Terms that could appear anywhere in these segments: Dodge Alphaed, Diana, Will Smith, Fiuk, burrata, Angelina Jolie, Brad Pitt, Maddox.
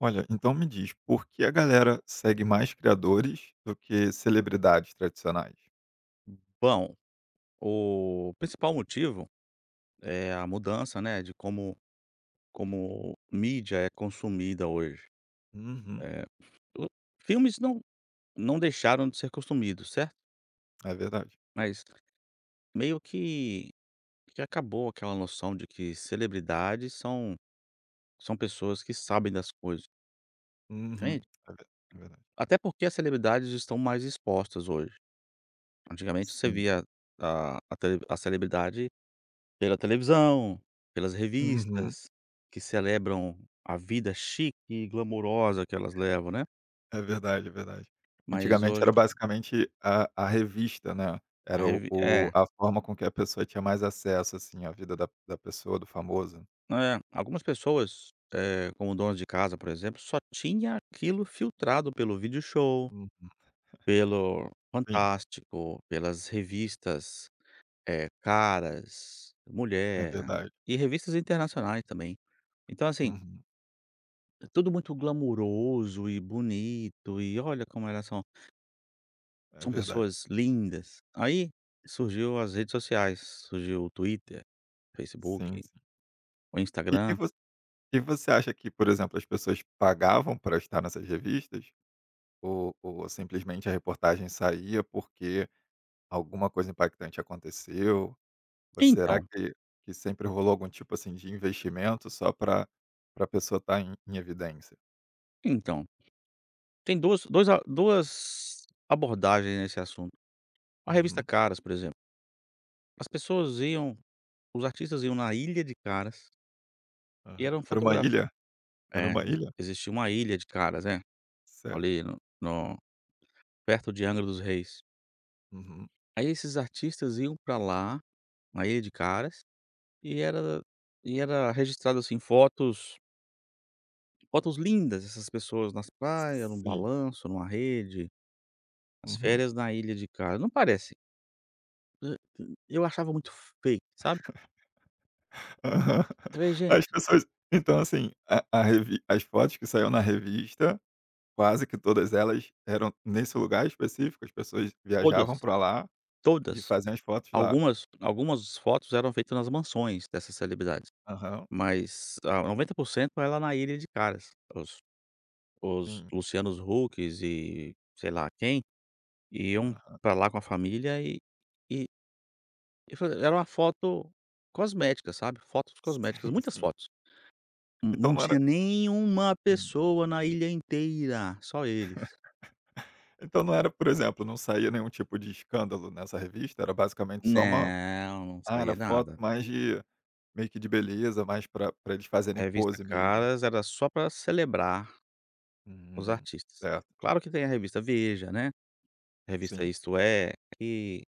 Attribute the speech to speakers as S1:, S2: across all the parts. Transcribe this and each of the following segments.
S1: Olha, então me diz, por que a galera segue mais criadores do que celebridades tradicionais?
S2: Bom, o principal motivo é a mudança, né, de como mídia é consumida hoje.
S1: Uhum,
S2: Eh, o filmes não deixaram de ser consumidos, certo?
S1: é verdade.
S2: Mas meio que acabou aquela noção de que celebridades são pessoas que sabem das coisas,
S1: Uhum,
S2: entende?
S1: é ver é verdade.
S2: Até porque as celebridades estão mais expostas hoje. Antigamente você
S1: Sim.
S2: via a celebridade pela televisão, pelas
S1: Uhum,
S2: revistas, que celebram a vida chique e glamourosa que elas levam, né.
S1: é verdade, é verdade.
S2: Mas
S1: Antigamente
S2: hoje
S1: era basicamente a revista, né,
S2: a
S1: era
S2: revi
S1: o
S2: é,
S1: a forma com que a pessoa tinha mais acesso, assim, à vida da pessoa, do famoso.
S2: é. Algumas pessoas, como donas de casa, por exemplo, só tinha aquilo filtrado pelo Vídeo Show,
S1: Uhum,
S2: pelo
S1: sim,
S2: Fantástico, pelas revistas, Caras,
S1: é
S2: Mulher
S1: verdade.
S2: e revistas internacionais também. Então, assim,
S1: Uhum,
S2: é tudo muito glamouroso e bonito, e olha como elas são.
S1: é
S2: São
S1: verdade.
S2: pessoas lindas. Aí surgiu as redes sociais, surgiu o Twitter, Facebook,
S1: Sim, sim.
S2: o
S1: E e
S2: Instagram.
S1: vo e você acha que, por exemplo, as pessoas pagavam para estar nessas revistas? Ou simplesmente a reportagem saía porque alguma coisa impactante aconteceu? Ou será
S2: Então,
S1: que sempre rolou algum tipo, assim, de investimento só para pra pessoa estar em evidência?
S2: então, tem duas abordagens nesse assunto. A revista
S1: Uhum,
S2: Caras, por exemplo, as pessoas iam os artistas iam na Ilha de Caras e
S1: aham.
S2: eram
S1: Era uma
S2: fotografados.
S1: ilha? Era
S2: É,
S1: uma
S2: ex
S1: ilha?
S2: existia uma Ilha de Caras, né,
S1: Certo.
S2: ali no perto de Angra dos Reis.
S1: Uhum.
S2: Aí esses artistas iam pra lá, na Ilha de Caras, e era registrado, assim, fotos lindas dessas pessoas nas praias, num
S1: Sim.
S2: balanço, numa rede, as
S1: Uhum.
S2: férias na ilha de cara, não parece? E eu achava muito fake, sabe.
S1: Aham.
S2: Eu falei: "Gente,
S1: As pessoas então, assim, a revi as fotos que saíram na revista, quase que todas elas eram nesse lugar específico, as pessoas
S2: todas,
S1: viajavam para lá e
S2: todas".
S1: faziam as fotos lá.
S2: Algumas fotos eram feitas nas mansões dessas celebridades,
S1: Aham.
S2: mas a 90% era lá na Ilha de Caras. Os
S1: Sim.
S2: Lucianos Hucks e sei lá quem, iam
S1: Aham.
S2: pra lá com a família, e e fa era uma foto cosmética, sabe, fotos cosméticas,
S1: Sim,
S2: muitas
S1: sim.
S2: fotos.
S1: Então
S2: Não
S1: não era
S2: tinha nenhuma
S1: Hum.
S2: pessoa na ilha inteira, só eles.
S1: Então não era, por exemplo, não saía nenhum tipo de escândalo nessa revista? Era basicamente só uma
S2: Não, não
S1: ah, era
S2: saía
S1: foto
S2: nada.
S1: mais de meio que de beleza, mais pra eles
S2: A
S1: fazerem
S2: revista
S1: pose mesmo.
S2: Caras era só para celebrar os
S1: Hum,
S2: artistas.
S1: certo.
S2: Claro que tem a revista Veja, né, a revista
S1: Sim.
S2: Isto É, que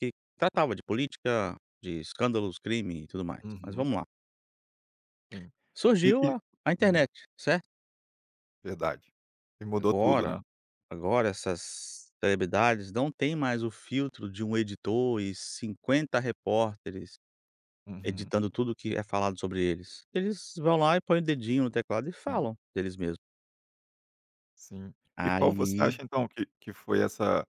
S2: que tratava de política, de escândalos, crime e tudo mais, mas
S1: Uhum,
S2: vamos lá.
S1: sim. E
S2: Surgiu
S1: e
S2: a
S1: hum,
S2: internet, certo?
S1: verdade. E mudou tudo,
S2: Agora
S1: né.
S2: agora essas celebridades não têm mais o filtro de um editor e 50 repórteres
S1: Uhum.
S2: editando tudo que é falado sobre eles. Eles vão lá e põem o dedinho no teclado e
S1: Sim,
S2: falam deles mesmos.
S1: sim. E qual você
S2: Aí
S1: acha então que foi essa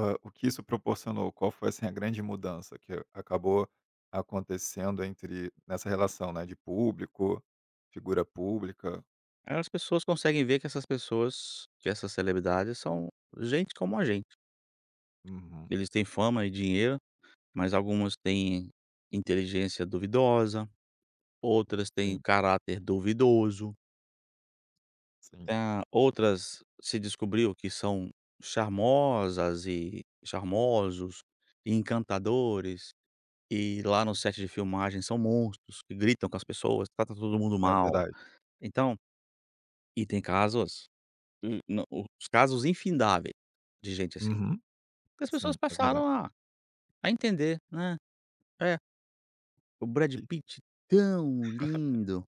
S1: Hã, o que isso proporcionou? Qual foi, assim, a grande mudança que acabou acontecendo entre nessa relação, né, de público, figura pública?
S2: aí as pessoas conseguem ver que essas pessoas, que essas celebridades são gente como a gente.
S1: Uhum.
S2: Eles têm fama e dinheiro, mas algumas têm inteligência duvidosa, outras têm
S1: Sim,
S2: caráter duvidoso,
S1: sim.
S2: outras se descobriu que são charmosas e charmosos e encantadores. E lá no set de filmagem são monstros que gritam com as pessoas, trata todo mundo
S1: É
S2: mal.
S1: verdade.
S2: Então e tem casos não, os casos infindáveis de gente assim,
S1: Uhum.
S2: as pessoas
S1: Sim, é
S2: passaram
S1: verdade.
S2: a entender, né. É, o Brad
S1: E
S2: Pitt tão lindo,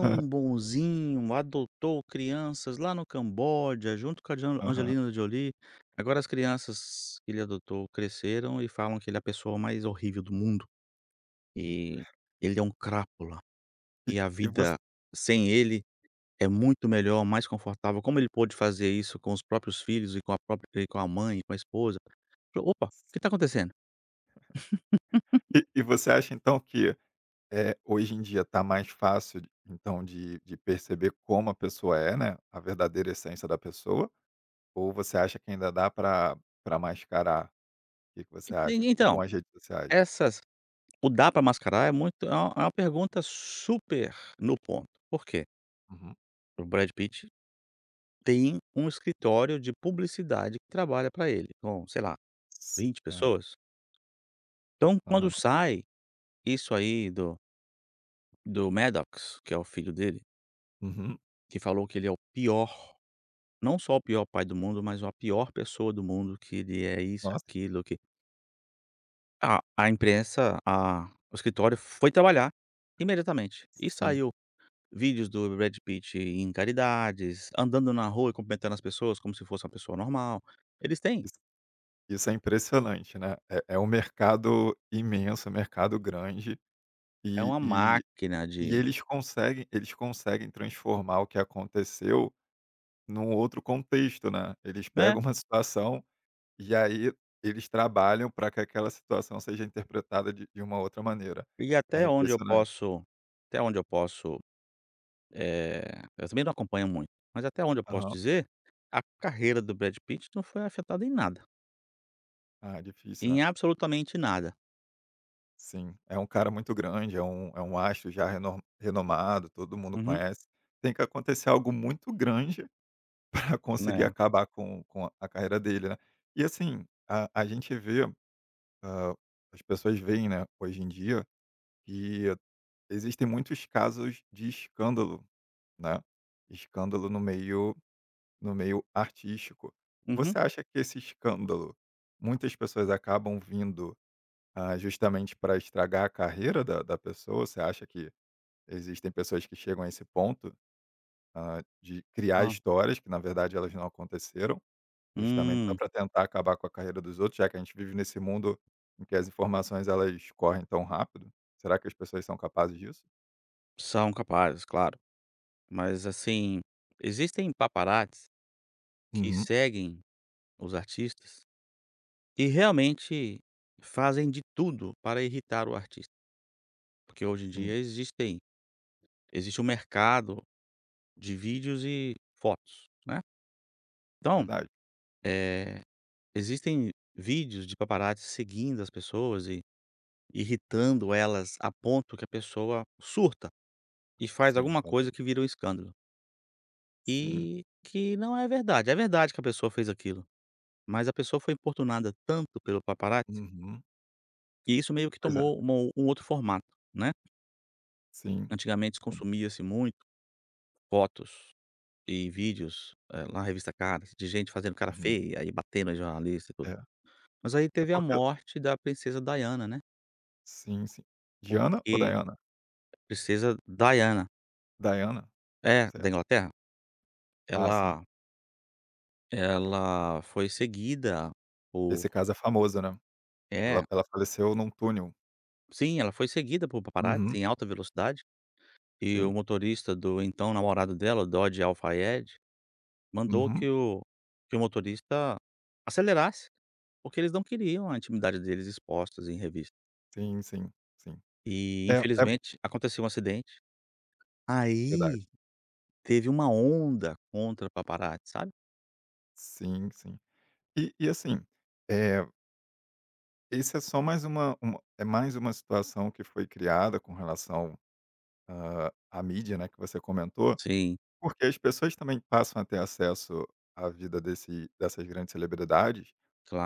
S1: hã,
S2: bonzinho, adotou crianças lá no Camboja junto com a Jan
S1: aham.
S2: Angelina Jolie. Agora as crianças que ele adotou cresceram e falam que ele é a pessoa mais horrível do mundo,
S1: Eita.
S2: e ele é um crápula.
S1: E
S2: E a
S1: e você
S2: vida sem ele é muito melhor, mais confortável. Como ele pôde fazer isso com os próprios filhos e com a própria com a mãe e com a esposa? Falei, "Opa, o que está acontecendo?"
S1: e você acha então que, hoje em dia está mais fácil de então de perceber como a pessoa é, né, a verdadeira essência da pessoa, ou você acha que ainda dá para pra mascarar? Que você
S2: En
S1: acha?
S2: Então,
S1: Com as redes sociais.
S2: essas o "dá para mascarar" é muito, é uma pergunta super no ponto. Por quê?
S1: Uhum.
S2: O Brad Pitt tem um escritório de publicidade que trabalha para ele, com, sei lá,
S1: S
S2: 20
S1: é,
S2: pessoas. Então,
S1: aham.
S2: quando sai isso aí do Maddox, que é o filho dele,
S1: Uhum.
S2: que falou que ele é o pior. Não só o pior pai do mundo, mas a pior pessoa do mundo, que ele é isso,
S1: Nossa,
S2: aquilo, que a imprensa, a o escritório foi trabalhar imediatamente e
S1: sim.
S2: saiu vídeos do Brad Pitt em caridades, andando na rua e cumprimentando as pessoas como se fosse uma pessoa normal. Eles têm,
S1: Isso isso é impressionante, né. É um mercado imenso, um mercado grande
S2: é
S1: e
S2: uma
S1: e
S2: máquina
S1: e
S2: de,
S1: eles conseguem transformar o que aconteceu num outro contexto, né. Eles
S2: né,
S1: pegam uma situação e aí eles trabalham para que aquela situação seja interpretada de uma outra maneira.
S2: e
S1: É
S2: até onde eu
S1: impressionante.
S2: posso, até onde eu posso, eh, eu também não acompanho muito, mas até onde eu posso
S1: Aham.
S2: dizer, a carreira do Brad Pitt não foi afetada em nada,
S1: Ah, difícil, né.
S2: em absolutamente nada.
S1: Sim, é um cara muito grande, é um astro já renomado, todo mundo
S2: Uhum.
S1: conhece. Tem que acontecer algo muito grande para conseguir
S2: Né.
S1: acabar com a carreira dele, né. E assim, a gente vê, hã, as pessoas veem, né, hoje em dia, que existem muitos casos de escândalo, né, escândalo no meio artístico.
S2: Uhum.
S1: Você acha que esse escândalo, muitas pessoas acabam vindo, ah, justamente para estragar a carreira da pessoa? Você acha que existem pessoas que chegam a esse ponto, de criar
S2: Ah.
S1: histórias que na verdade elas não aconteceram, justamente só
S2: Hum.
S1: para tentar acabar com a carreira dos outros, já que a gente vive nesse mundo em que as informações elas correm tão rápido. Será que as pessoas são capazes disso?
S2: São capazes, claro. Mas, assim, existem paparazzis que
S1: Uhum.
S2: seguem os artistas e realmente fazem de tudo para irritar o artista, porque hoje em
S1: Sim,
S2: dia existe um mercado de vídeos e fotos, né. Então,
S1: verdade.
S2: eh, existem vídeos de paparazzis seguindo as pessoas e irritando elas a ponto que a pessoa surta e faz
S1: Sim,
S2: alguma
S1: com
S2: coisa que
S1: certeza.
S2: vira um escândalo.
S1: Sim.
S2: E que não é verdade. É verdade que a pessoa fez aquilo, mas a pessoa foi importunada tanto pelo paparazzi,
S1: Uhum.
S2: que isso meio que
S1: Pois é.
S2: tomou um outro formato, né.
S1: Sim,
S2: Antigamente
S1: sim.
S2: consumia-se muito fotos e vídeos, lá na revista Caras, de gente fazendo cara
S1: Uhum.
S2: feia e batendo em jornalista e tudo.
S1: É.
S2: Mas aí
S1: É
S2: teve a
S1: porque
S2: morte da princesa Diana, né,
S1: sim, sim. Diana ou
S2: porque
S1: Diana?
S2: princesa Diana,
S1: Diana?
S2: é, da
S1: Certo.
S2: Inglaterra.
S1: Ah, sim.
S2: ela Ela foi seguida por,
S1: Esse caso é famoso, né. Ela
S2: é,
S1: ela faleceu num túnel.
S2: sim, ela foi seguida por paparazzi
S1: Uhum.
S2: em alta velocidade. E o
S1: Sim.
S2: motorista do então namorado dela, o Dodge Alphaed, mandou
S1: Uhum.
S2: que o motorista acelerasse, porque eles não queriam a intimidade deles expostas em revista.
S1: Sim, sim, sim.
S2: E
S1: É é
S2: infelizmente aconteceu um acidente. Aí
S1: verdade.
S2: teve uma onda contra paparazzi, sabe.
S1: Sim, sim. E assim, é esse é só mais uma é mais uma situação que foi criada com relação, à mídia, né, que você comentou,
S2: Sim,
S1: porque as pessoas também passam a ter acesso à vida desse dessas grandes celebridades,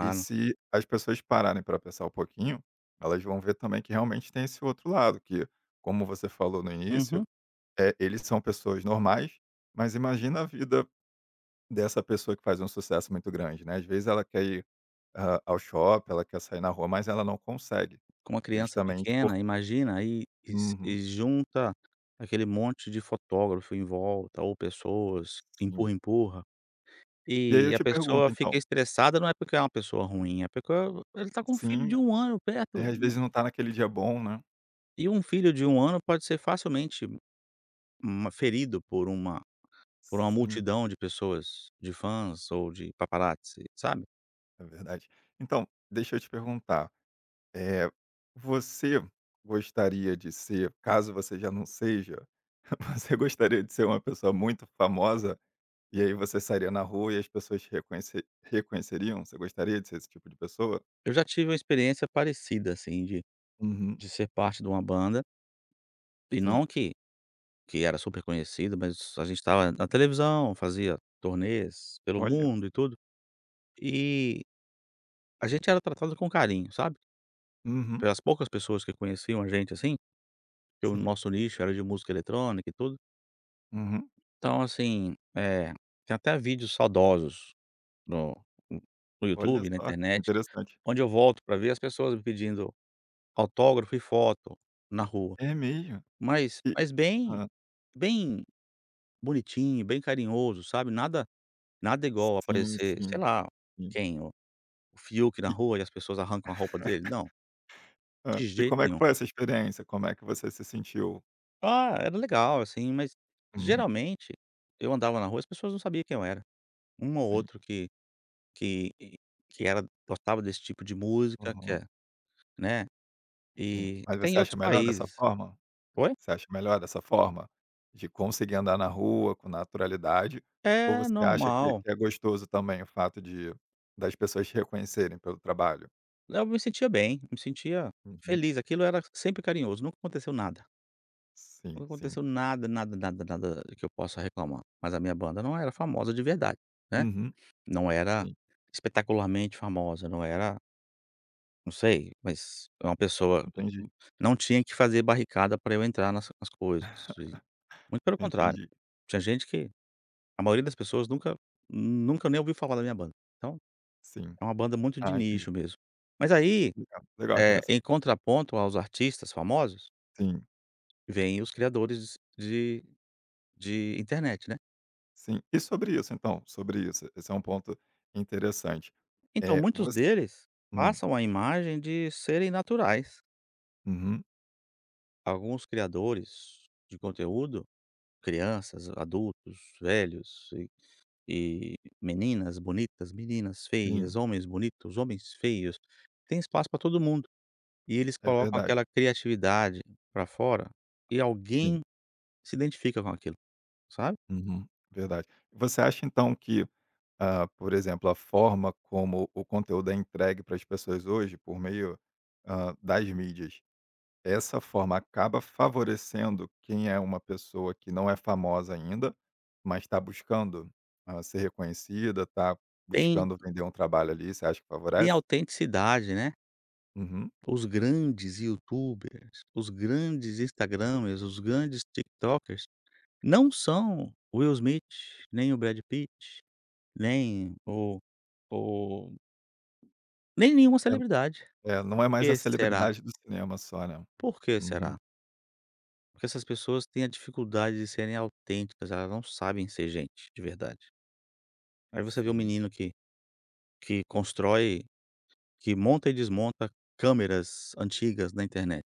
S1: e se as pessoas pararem para pensar um pouquinho, elas vão ver também que realmente tem esse outro lado que, como você falou no início,
S2: Uhum.
S1: é eles são pessoas normais, mas imagina a vida dessa pessoa que faz um sucesso muito grande, né. Às vezes ela quer ir, ao shopping, ela quer sair na rua, mas ela não consegue,
S2: Com uma criança
S1: justamente por
S2: pequena, imagina, aí
S1: uhum,
S2: e junta aquele monte de fotógrafo em volta ou pessoas
S1: sim.
S2: empurra-empurra.
S1: E aí eu
S2: E a
S1: te pergunto
S2: pessoa fica
S1: então
S2: estressada, não é porque é uma pessoa ruim, é porque ele está com um filho
S1: sim,
S2: de 1 ano
S1: é,
S2: perto,
S1: às vezes não está naquele dia bom, né.
S2: e um filho de um ano pode ser facilmente uma ferido por uma
S1: Sim,
S2: multidão de pessoas, de fãs ou de paparazzi, sabe.
S1: é verdade. Então, deixa eu te perguntar, eh, você gostaria de ser, caso você já não seja, você gostaria de ser uma pessoa muito famosa, e aí você sairia na rua e as pessoas te reconheceriam? Você gostaria de ser esse tipo de pessoa?
S2: Eu já tive uma experiência parecida, assim, de
S1: Uhum,
S2: ser parte de uma banda, e
S1: sim.
S2: não que era super conhecida, mas a gente estava na televisão, fazia turnês pelo
S1: Olha.
S2: mundo e tudo, e a gente era tratado com carinho, sabe.
S1: Uhum,
S2: Pelas poucas pessoas que conheciam a gente, assim, que o
S1: sim.
S2: nosso nicho era de música eletrônica e tudo.
S1: Uhum.
S2: Então, assim, tem até vídeos saudosos no hum, no
S1: Olha
S2: YouTube, na
S1: só, que
S2: internet,
S1: interessante.
S2: onde eu volto para ver as pessoas me pedindo autógrafo e foto na rua.
S1: É mesmo?
S2: Mas
S1: E
S2: mas bem
S1: hã.
S2: bem bonitinho, bem carinhoso, sabe, nada igual
S1: Sim,
S2: aparecer, sei
S1: sim,
S2: lá,
S1: sim.
S2: quem, o Fiuk na
S1: E
S2: rua e as pessoas arrancam a roupa dele, não,
S1: hã.
S2: de
S1: E
S2: jeito
S1: como é que
S2: nenhum.
S1: foi essa experiência? Como é que você se sentiu?
S2: Ah, era legal, assim, mas
S1: Uhum,
S2: geralmente eu andava na rua, e as pessoas não sabiam quem eu era, um ou
S1: sim.
S2: outro Que que era gostava desse tipo de música, que
S1: Uhum,
S2: é né,
S1: sim.
S2: e
S1: Mas
S2: até em
S1: você acha
S2: outros
S1: melhor dessa
S2: países.
S1: forma?
S2: Oi?
S1: Você acha melhor dessa forma? De conseguir andar na rua com naturalidade? Ou
S2: É
S1: você acha
S2: normal.
S1: que é gostoso também o fato de das pessoas te reconhecerem pelo trabalho?
S2: Eu me sentia bem, me sentia
S1: Uhum.
S2: feliz, aquilo era sempre carinhoso, nunca aconteceu nada.
S1: Sim,
S2: Nunca
S1: sim.
S2: aconteceu nada, nada, nada, nada que eu possa reclamar, mas a minha banda não era famosa de verdade, né,
S1: Uhum,
S2: não era
S1: sim.
S2: espetacularmente famosa, não era, não sei, mas é uma pessoa,
S1: Entendi,
S2: não tinha que fazer barricada para eu entrar nas coisas, e muito pelo contrário.
S1: entendi.
S2: Tinha gente que A maioria das pessoas nunca nem ouviu falar da minha banda. Então,
S1: Sim.
S2: é uma banda muito de
S1: Ah,
S2: nicho
S1: entendi.
S2: mesmo. Mas aí,
S1: Legal, legal,
S2: em
S1: interessante.
S2: contraponto aos artistas famosos,
S1: Sim,
S2: vêm os criadores de internet, né.
S1: sim. E sobre isso então, sobre isso, esse é um ponto interessante.
S2: Então,
S1: É,
S2: muitos
S1: você
S2: deles
S1: hum,
S2: passam a imagem de serem naturais.
S1: uhum,
S2: Alguns criadores de conteúdo, crianças, adultos, velhos e meninas bonitas, meninas
S1: sim,
S2: feias, homens bonitos, homens feios, tem espaço para todo mundo. E eles
S1: é
S2: colocam
S1: verdade,
S2: aquela criatividade pra fora, e
S1: sim,
S2: alguém se identifica com aquilo, sabe.
S1: uhum, verdade. Você acha então que, ah, por exemplo, a forma como o conteúdo é entregue para as pessoas hoje por meio, das mídias. Essa forma acaba favorecendo quem é uma pessoa que não é famosa ainda, mas está buscando, ser reconhecida, está
S2: Tem
S1: buscando vender um trabalho ali, você acha que
S2: tem
S1: favorece?
S2: autenticidade, né.
S1: Uhum.
S2: Os grandes youtubers, os grandes instagramers, os grandes tiktokers não são o Will Smith, nem o Brad Pitt, nem o o nem nenhuma
S1: É
S2: celebridade.
S1: é, não
S2: Por
S1: é mais a
S2: que será?
S1: celebridade do cinema só, né.
S2: Por que
S1: Uhum.
S2: será? Porque essas pessoas têm a dificuldade de serem autênticas, elas não sabem ser gente de verdade. Aí você vê um
S1: Sim.
S2: menino que constrói, que monta e desmonta câmeras antigas na internet.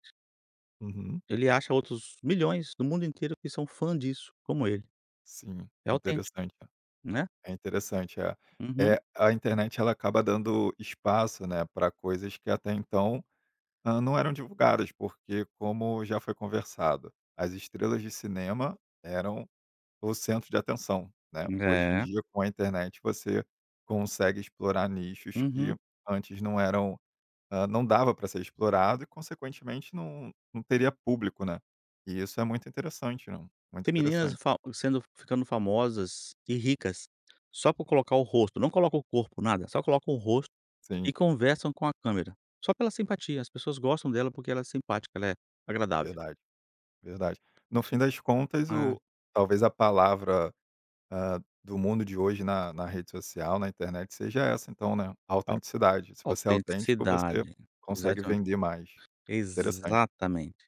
S1: Uhum.
S2: Ele acha outros milhões do mundo inteiro que são fã disso, como ele.
S1: Sim,
S2: É
S1: é
S2: autêntico,
S1: interessante,
S2: né.
S1: é interessante, é.
S2: Uhum.
S1: A internet ela acaba dando espaço, né, para coisas que até então não eram divulgadas, porque como já foi conversado, as estrelas de cinema eram o centro de atenção, né. Hoje em
S2: É.
S1: dia, com a internet, você consegue explorar nichos
S2: Uhum.
S1: que antes não eram não dava para ser explorado e, consequentemente, não teria público, né. E isso é muito interessante, não, muito
S2: Tem meninas
S1: interessante.
S2: fa sendo ficando famosas e ricas só por colocar o rosto, não coloca o corpo, nada, só coloca o rosto
S1: Sim,
S2: e conversam com a câmera, só pela simpatia. As pessoas gostam dela porque ela é simpática, ela é agradável.
S1: verdade, verdade. No
S2: Isso
S1: fim das contas,
S2: é
S1: o talvez a palavra ah, do mundo de hoje na rede social, na internet, seja essa então, né, a
S2: au
S1: autenticidade. Se você é autêntico, você
S2: autenticidade.
S1: consegue
S2: Exatamente.
S1: vender mais. Interessante.
S2: Exatamente.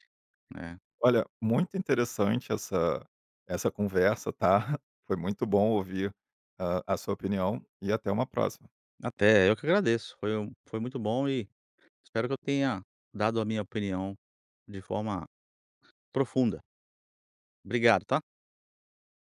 S2: É.
S1: Olha, muito interessante essa conversa, tá. Foi muito bom ouvir, a sua opinião e até uma próxima.
S2: Até, eu que agradeço. Foi muito bom, e espero que eu tenha dado a minha opinião de forma profunda. Obrigado, tá?